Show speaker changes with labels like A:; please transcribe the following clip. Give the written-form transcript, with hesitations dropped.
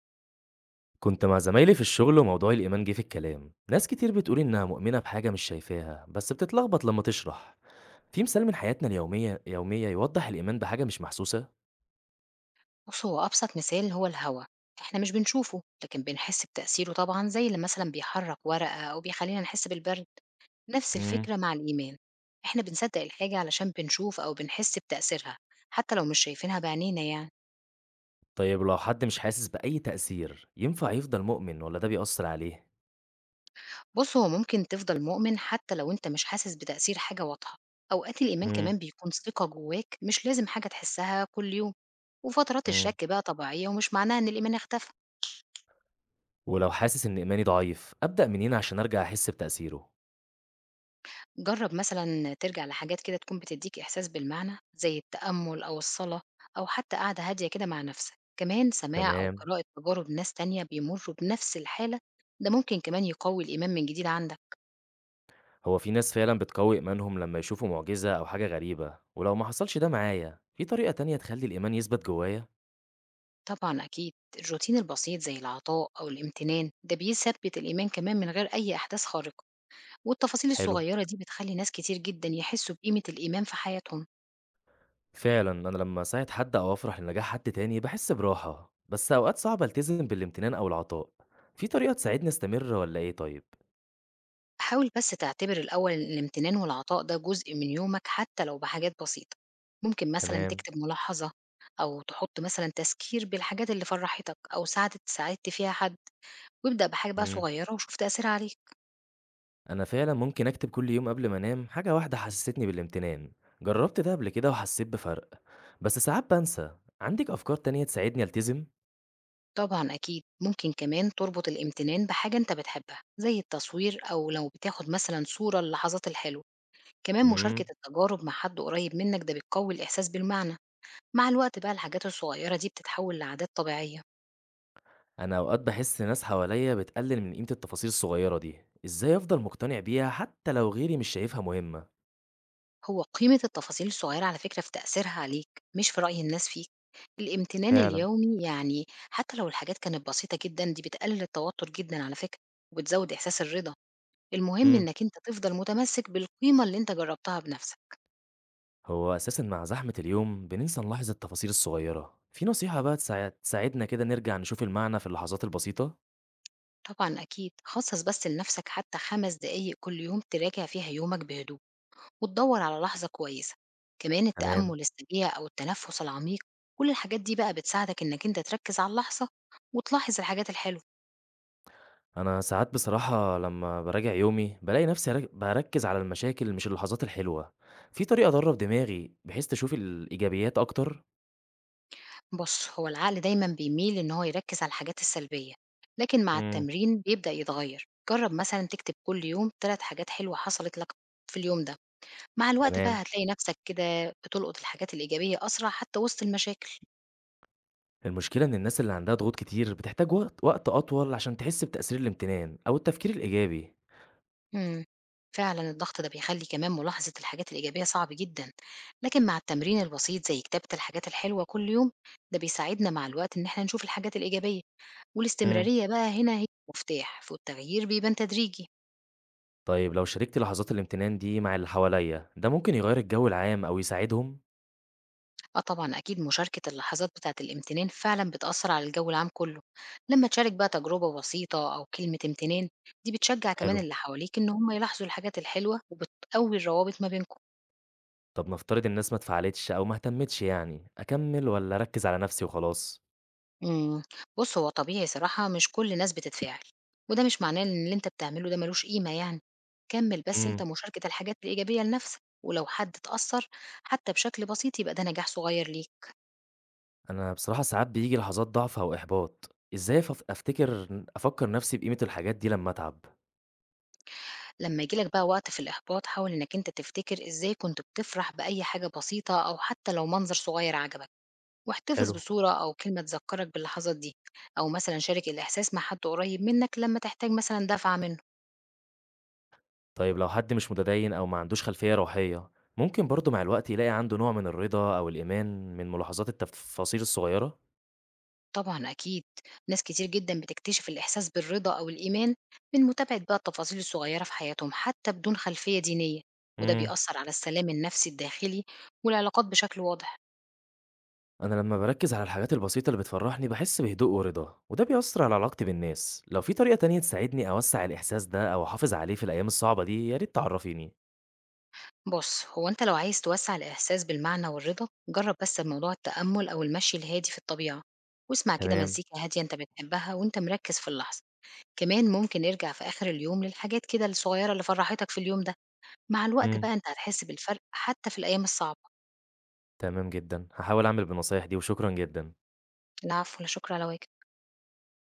A: كنت مع زمايلي في الشغل وموضوع الإيمان جه في الكلام. ناس كتير بتقول إنها مؤمنة بحاجة مش شايفاها بس بتتلخبط لما تشرح. في مثال من حياتنا اليومية يوضح الإيمان بحاجة مش محسوسة؟
B: بُص، هو أبسط مثال هو الهوا، إحنا مش بنشوفه، لكن بنحس بتأثيره طبعًا زي اللي مثلًا بيحرك ورقة أو بيخلّينا نحس بالبرد، نفس
A: امم.
B: الفكرة مع الإيمان، إحنا بنصدق الحاجة علشان بنشوف أو بنحس بتأثيرها، حتى لو مش شايفينها بعينينا يعني.
A: طيب لو حد مش حاسس بأي تأثير ينفع يفضل مؤمن ولا ده بيأثر عليه؟
B: بُص، هو ممكن تفضل مؤمن حتى لو أنت مش حاسس بتأثير حاجة واضحة، أوقات الإيمان
A: امم.
B: كمان بيكون ثقة جواك مش لازم حاجة تحسها كل يوم، وفترات
A: امم.
B: الشك بقى طبيعية ومش معناها إن الإيمان اختفى.
A: ولو حاسس إن إيماني ضعيف أبدأ منين عشان أرجع أحس بتأثيره؟
B: جرب مثلا ترجع لحاجات كده تكون بتديك إحساس بالمعنى زي التأمل أو الصلاة أو حتى قعدة هادية كده مع نفسك، كمان سماع أو
A: تمام.
B: قراءة تجارب ناس تانية بيمروا بنفس الحالة. ده ممكن كمان يقوي الإيمان من جديد عندك.
A: هو في ناس فعلا بتقوي إيمانهم لما يشوفوا معجزة أو حاجة غريبة، ولو ما حصلش ده معايا في طريقة تانية تخلي الإيمان يثبت جوايا؟
B: طبعا أكيد، الروتين البسيط زي العطاء أو الامتنان ده بيثبت الإيمان كمان من غير أي أحداث خارقة، والتفاصيل
A: حلو.
B: الصغيرة دي بتخلي ناس كتير جدا يحسوا بقيمة الإيمان في حياتهم.
A: فعلا أنا لما أساعد حد أو أفرح لنجاح حد تاني بحس براحة، بس أوقات صعب ألتزم بالامتنان أو العطاء. في طريقة تساعدني أستمر ولا إيه طيب؟
B: حاول بس تعتبر الأول إن الامتنان والعطاء ده جزء من يومك حتى لو بحاجات بسيطة، ممكن مثلا
A: تمام.
B: تكتب ملاحظة، أو تحط مثلا تذكير بالحاجات اللي فرحتك أو ساعدت فيها حد، وابدأ بحاجة بقى
A: مم.
B: صغيرة وشوف تأثيرها عليك.
A: أنا فعلا ممكن أكتب كل يوم قبل ما أنام حاجة واحدة حسستني بالامتنان. جربت ده قبل كده وحسيت بفرق، بس ساعات بنسى. عندك أفكار تانية تساعدني ألتزم؟
B: طبعا أكيد، ممكن كمان تربط الامتنان بحاجة أنت بتحبها زي التصوير أو لو بتاخد مثلا صورة للحظات الحلوة، كمان
A: مم.
B: مشاركة التجارب مع حد قريب منك ده بتقوي الإحساس بالمعنى. مع الوقت بقى الحاجات الصغيرة دي بتتحول لعادات طبيعية.
A: أنا أوقات بحس ناس حواليا بتقلل من قيمة التفاصيل الصغيرة دي، إزاي أفضل مقتنع بيها حتى لو غيري مش شايفها مهمة؟
B: هو قيمة التفاصيل الصغيرة على فكرة في تأثيرها عليك مش في رأي الناس فيك، الامتنان
A: فعلا.
B: اليومي يعني حتى لو الحاجات كانت بسيطة جدا دي بتقلل التوتر جدا على فكرة، وبتزود إحساس الرضا. المهم إنك أنت تفضل متمسك بالقيمة اللي أنت جربتها بنفسك.
A: هو أساسًا مع زحمة اليوم بننسى نلاحظ التفاصيل الصغيرة، في نصيحة بقى تساعدنا كده نرجع نشوف المعنى في اللحظات البسيطة؟
B: طبعا أكيد، خصص بس لنفسك حتى 5 دقايق كل يوم تراجع فيها يومك بهدوء، وتدور على لحظة كويسة، كمان
A: تمام.
B: التأمل السريع أو التنفس العميق، كل الحاجات دي بقى بتساعدك إنك أنت تركز على اللحظة وتلاحظ الحاجات الحلوة.
A: أنا ساعات بصراحة لمّا باراجع يومي بالاقي نفسي باركّز على المشاكل مش اللحظات الحلوة، في طريقة أدرّب دماغي بحيث تشوف الإيجابيات أكتر؟
B: بص هو العقل دايما بيميل إن هو يركز على الحاجات السلبية، لكن مع
A: امم.
B: التمرين بيبدأ يتغير. جرب مثلا تكتب كل يوم 3 حاجات حلوة حصلت لك في اليوم ده، مع الوقت
A: تمام.
B: بقى هتلاقي نفسك كده بتلقط الحاجات الإيجابية أسرع حتى وسط المشاكل.
A: المشكلة إن الناس اللي عندها ضغوط كتير بتحتاج وقت أطول عشان تحس بتأثير الامتنان أو التفكير الإيجابي.
B: مم. فعلا الضغط ده بيخلي كمان ملاحظة الحاجات الإيجابية صعب جدا، لكن مع التمرين البسيط زي كتابة الحاجات الحلوة كل يوم، ده بيساعدنا مع الوقت إن احنا نشوف الحاجات الإيجابية،
A: امم.
B: والاستمرارية بقى هنا هي المفتاح، والتغيير بيبان تدريجي.
A: طيب لو شاركت لحظات الامتنان دي مع اللي حواليّا ده ممكن يغيّر الجو العام أو يساعدهم؟
B: آه طبعًا أكيد، مشاركة اللحظات بتاعة الامتنان فعلًا بتأثّر على الجو العام كلّه، لمّا تشارك بقى تجربة بسيطة أو كلمة امتنان، دي بتشجّع كمان
A: حلو.
B: اللي حواليك إن هُم يلاحظوا الحاجات الحلوة وبتقوي الروابط ما بينكم.
A: طب نفترض الناس ما اتفعّلتش أو ما اهتمِّتش يعني، أكمّل والّا أركّز على نَفْسي وخلاص؟
B: إمم، بُص هو طبيعي صراحة مش كل الناس بتتفاعل، وده مش معناه إن اللي أنت بتعمله ده ما لوش قيمة يعني، كمّل بس أنت
A: إمم.
B: مشاركة الحاجات الإيجابية لنفسك، ولو حد اتأثّر حتى بشكل بسيط يبقى ده نجاح صغير ليك.
A: أنا بصراحة ساعات بييجي لحظات ضعف أو إحباط، إزاي فف أفتكر أفكّر نَفْسي بقيمة الحاجات دي لمّا أتعب؟
B: لمّا ييجي لك بقى وقت في الإحباط، حاول إنك أنت تفتكر إزاي كنت بتفرح بأي حاجة بسيطة أو حتى لو منظر صغير عجبك، واحتفظ
A: حلو.
B: بصورة أو كلمة تذكرك باللحظات دي، أو مثلًا شارك الإحساس مع حد قريب منك لمّا تحتاج مثلًا دفعة منه.
A: طيب لو حد مش متديّن أو ما عندوش خلفية روحية، ممكن برضه مع الوقت يلاقي عنده نوع من الرضا أو الإيمان من ملاحظات التفاصيل الصغيرة؟
B: طبعًا أكيد، ناس كتير جدًا بتكتشف الإحساس بالرضا أو الإيمان من متابعة بقى التفاصيل الصغيرة في حياتهم حتى بدون خلفية دينية، وده
A: إمم.
B: بيأثر على السلام النفسي الداخلي والعلاقات بشكل واضح.
A: أنا لما بركز على الحاجات البسيطة اللي بتفرحني بحس بهدوء ورضا، وده بيأثر على علاقتي بالناس. لو في طريقة تانية تساعدني أوسع الإحساس ده أو أحافظ عليه في الأيام الصعبة دي يا ريت تعرفيني.
B: بُص، هو أنت لو عايز توسّع الإحساس بالمعنى والرضا، جرّب بس بموضوع التأمُّل أو المشي الهادي في الطبيعة، واسمع كده
A: تمام.
B: مزيكا هادية أنت بتحبها وأنت مركّز في اللحظة، كمان ممكن ارجع في آخر اليوم للحاجات كده الصغيّرة اللي فرّحتك في اليوم ده، مع الوقت
A: مم.
B: بقى أنت هتحس بالفرق حتى في الأيام الصعبة.
A: تمام جدا هحاول أعمل بالنصايح دي وشكرا جدا.
B: العفو، لا شكر على واجب.